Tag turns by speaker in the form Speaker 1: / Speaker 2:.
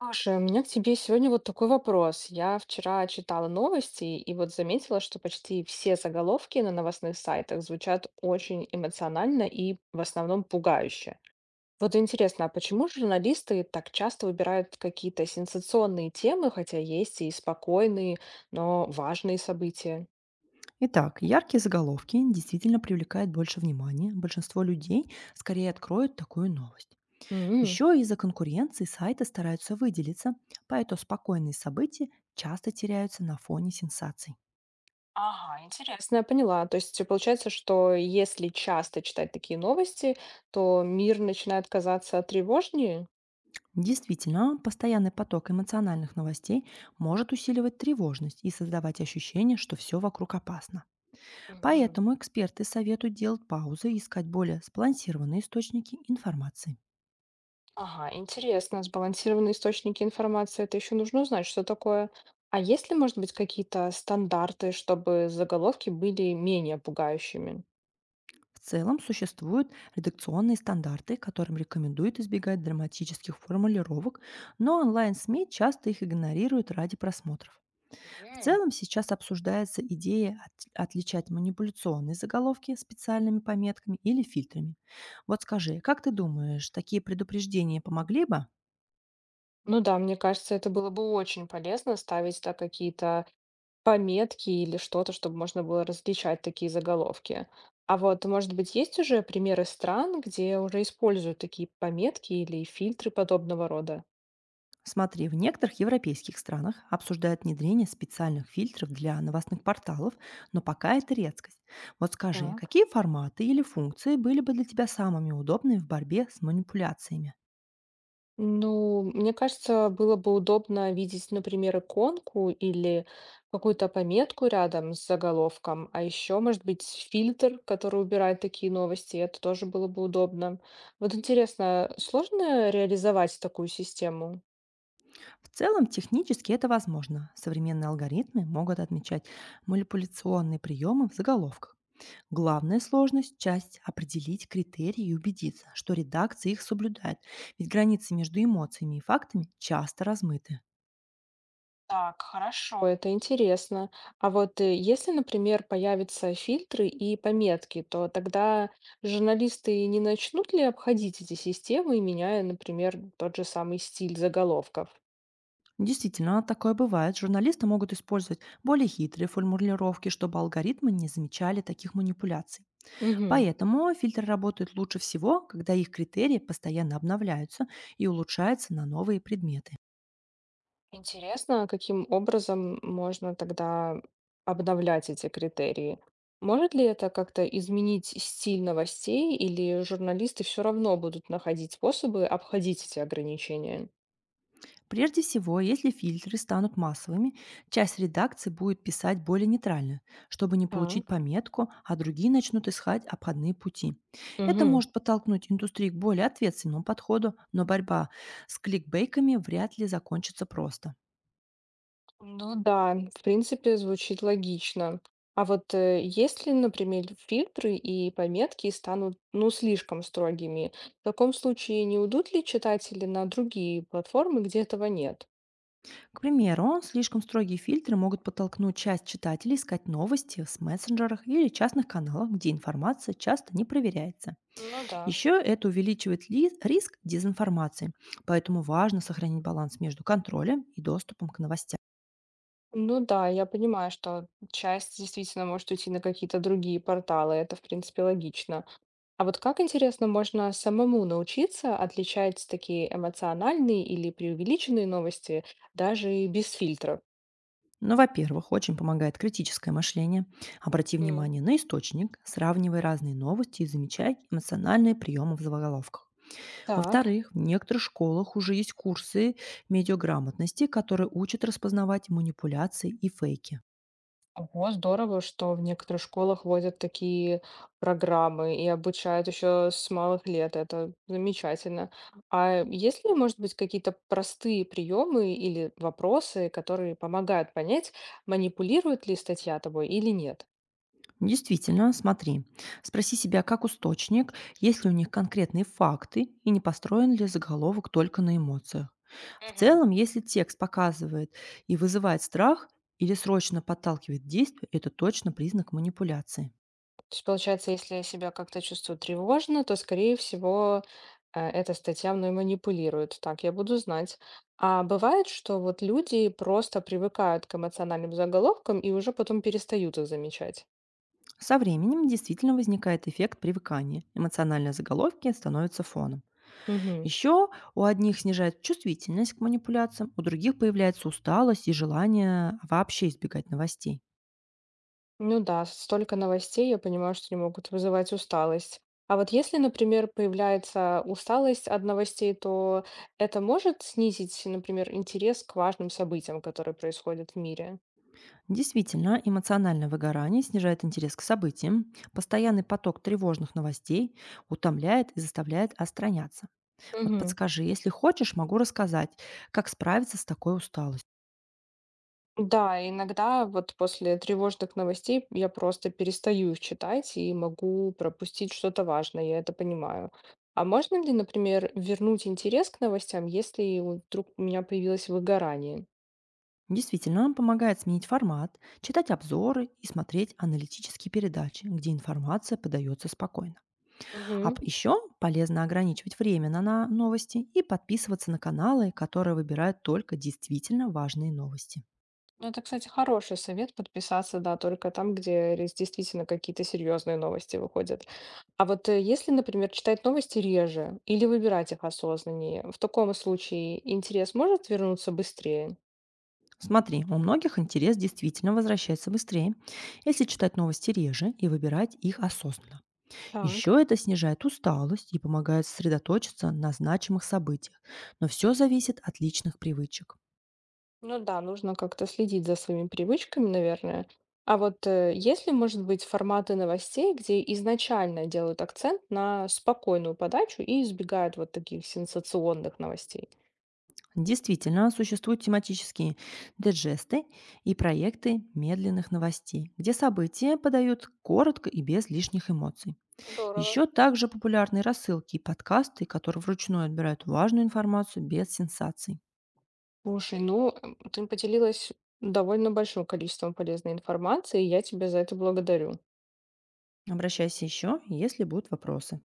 Speaker 1: Слушай, у меня к тебе сегодня вот такой вопрос. Я вчера читала новости и вот заметила, что почти все заголовки на новостных сайтах звучат очень эмоционально и в основном пугающе. Вот интересно, а почему журналисты так часто выбирают какие-то сенсационные темы, хотя есть и спокойные, но важные события?
Speaker 2: Итак, яркие заголовки действительно привлекают больше внимания. Большинство людей скорее откроют такую новость.
Speaker 1: М.
Speaker 2: Еще из-за конкуренции сайты стараются выделиться, поэтому спокойные события часто теряются на фоне сенсаций.
Speaker 1: Ага, интересно, я поняла. То есть получается, что если часто читать такие новости, то мир начинает казаться тревожнее?
Speaker 2: Действительно, постоянный поток эмоциональных новостей может усиливать тревожность и создавать ощущение, что все вокруг опасно.
Speaker 1: Мгм.
Speaker 2: Поэтому эксперты советуют делать паузы и искать более сбалансированные источники информации.
Speaker 1: Ага, интересно, сбалансированные источники информации, это еще нужно узнать, что такое. А есть ли, может быть, какие-то стандарты, чтобы заголовки были менее пугающими?
Speaker 2: В целом существуют редакционные стандарты, которым рекомендуют избегать драматических формулировок, но онлайн-СМИ часто их игнорируют ради просмотров. В
Speaker 1: Мгм.
Speaker 2: целом сейчас обсуждается идея отличать манипуляционные заголовки специальными пометками или фильтрами. Вот скажи, как ты думаешь, такие предупреждения помогли бы?
Speaker 1: Ну да, мне кажется, это было бы очень полезно ставить, да, какие-то пометки или что-то, чтобы можно было различать такие заголовки. А вот, может быть, есть уже примеры стран, где уже используют такие пометки или фильтры подобного рода?
Speaker 2: Смотри, в некоторых европейских странах обсуждают внедрение специальных фильтров для новостных порталов, но пока это редкость. Вот скажи,
Speaker 1: Так.
Speaker 2: какие форматы или функции были бы для тебя самыми удобными в борьбе с манипуляциями?
Speaker 1: Ну, мне кажется, было бы удобно видеть, например, иконку или какую-то пометку рядом с заголовком, а еще, может быть, фильтр, который убирает такие новости, это тоже было бы удобно. Вот интересно, сложно реализовать такую систему?
Speaker 2: В целом, технически это возможно. Современные алгоритмы могут отмечать манипуляционные приемы в заголовках. Главная сложность– часть определить критерии и убедиться, что редакция их соблюдает, ведь границы между эмоциями и фактами часто размыты.
Speaker 1: Так, хорошо. Это интересно. А вот если, например, появятся фильтры и пометки, то тогда журналисты не начнут ли обходить эти системы, меняя, например, тот же самый стиль заголовков?
Speaker 2: Действительно, такое бывает. Журналисты могут использовать более хитрые формулировки, чтобы алгоритмы не замечали таких манипуляций.
Speaker 1: Мгм.
Speaker 2: Поэтому фильтры работают лучше всего, когда их критерии постоянно обновляются и улучшаются на новые предметы.
Speaker 1: Интересно, каким образом можно тогда обновлять эти критерии? Может ли это как-то изменить стиль новостей, или журналисты все равно будут находить способы обходить эти ограничения?
Speaker 2: Прежде всего, если фильтры станут массовыми, часть редакции будет писать более нейтрально, чтобы не получить
Speaker 1: Так.
Speaker 2: пометку, а другие начнут искать обходные пути. Это
Speaker 1: Мгм.
Speaker 2: может подтолкнуть индустрию к более ответственному подходу, но борьба с кликбейками вряд ли закончится просто.
Speaker 1: Ну да, в принципе, звучит логично. А вот если, например, фильтры и пометки станут, ну, слишком строгими, в таком случае не уйдут ли читатели на другие платформы, где этого нет?
Speaker 2: К примеру, слишком строгие фильтры могут подтолкнуть часть читателей искать новости в мессенджерах или частных каналах, где информация часто не проверяется.
Speaker 1: Ну да.
Speaker 2: Еще это увеличивает риск дезинформации, поэтому важно сохранить баланс между контролем и доступом к новостям.
Speaker 1: Ну да, я понимаю, что часть действительно может уйти на какие-то другие порталы, это, в принципе, логично. А вот как, интересно, можно самому научиться отличать такие эмоциональные или преувеличенные новости даже и без фильтра?
Speaker 2: Но, во-первых, очень помогает критическое мышление. Обрати
Speaker 1: М.
Speaker 2: внимание на источник, сравнивай разные новости и замечай эмоциональные приемы в заголовках.
Speaker 1: Так.
Speaker 2: Во-вторых, в некоторых школах уже есть курсы медиаграмотности, которые учат распознавать манипуляции и фейки.
Speaker 1: Ого, здорово, что в некоторых школах вводят такие программы и обучают еще с малых лет. Это замечательно. А есть ли, может быть, какие-то простые приемы или вопросы, которые помогают понять, манипулирует ли статья тобой или нет?
Speaker 2: Действительно, смотри, спроси себя как источник, есть ли у них конкретные факты и не построен ли заголовок только на эмоциях. В
Speaker 1: Мгм.
Speaker 2: целом, если текст показывает и вызывает страх или срочно подталкивает к действию, это точно признак манипуляции.
Speaker 1: То есть, получается, если я себя как-то чувствую тревожно, то, скорее всего, эта статья мной манипулирует. Так, я буду знать. А бывает, что вот люди просто привыкают к эмоциональным заголовкам и уже потом перестают их замечать.
Speaker 2: Со временем действительно возникает эффект привыкания. Эмоциональные заголовки становятся фоном.
Speaker 1: Мгм.
Speaker 2: Еще у одних снижает чувствительность к манипуляциям, у других появляется усталость и желание вообще избегать новостей.
Speaker 1: Ну да, столько новостей, я понимаю, что они могут вызывать усталость. А вот если, например, появляется усталость от новостей, то это может снизить, например, интерес к важным событиям, которые происходят в мире?
Speaker 2: Действительно, эмоциональное выгорание снижает интерес к событиям, постоянный поток тревожных новостей утомляет и заставляет отстраняться. Вот
Speaker 1: Мгм.
Speaker 2: подскажи, если хочешь, могу рассказать, как справиться с такой усталостью.
Speaker 1: Да, иногда вот после тревожных новостей я просто перестаю их читать и могу пропустить что-то важное, я это понимаю. А можно ли, например, вернуть интерес к новостям, если вдруг у меня появилось выгорание?
Speaker 2: Действительно, он помогает сменить формат, читать обзоры и смотреть аналитические передачи, где информация подается спокойно. А
Speaker 1: Мгм.
Speaker 2: еще полезно ограничивать время на новости и подписываться на каналы, которые выбирают только действительно важные новости.
Speaker 1: Ну, это, кстати, хороший совет подписаться, да, только там, где действительно какие-то серьезные новости выходят. А вот если, например, читать новости реже или выбирать их осознаннее, в таком случае интерес может вернуться быстрее?
Speaker 2: Смотри, у многих интерес действительно возвращается быстрее, если читать новости реже и выбирать их осознанно.
Speaker 1: Так.
Speaker 2: Еще это снижает усталость и помогает сосредоточиться на значимых событиях, но все зависит от личных привычек.
Speaker 1: Ну да, нужно как-то следить за своими привычками, наверное. А вот есть ли, может быть, форматы новостей, где изначально делают акцент на спокойную подачу и избегают вот таких сенсационных новостей?
Speaker 2: Действительно, существуют тематические деджесты и проекты медленных новостей, где события подают коротко и без лишних эмоций.
Speaker 1: Здорово.
Speaker 2: Еще также популярны рассылки и подкасты, которые вручную отбирают важную информацию без сенсаций.
Speaker 1: Слушай, ты поделилась довольно большим количеством полезной информации, и я тебя за это благодарю.
Speaker 2: Обращайся еще, если будут вопросы.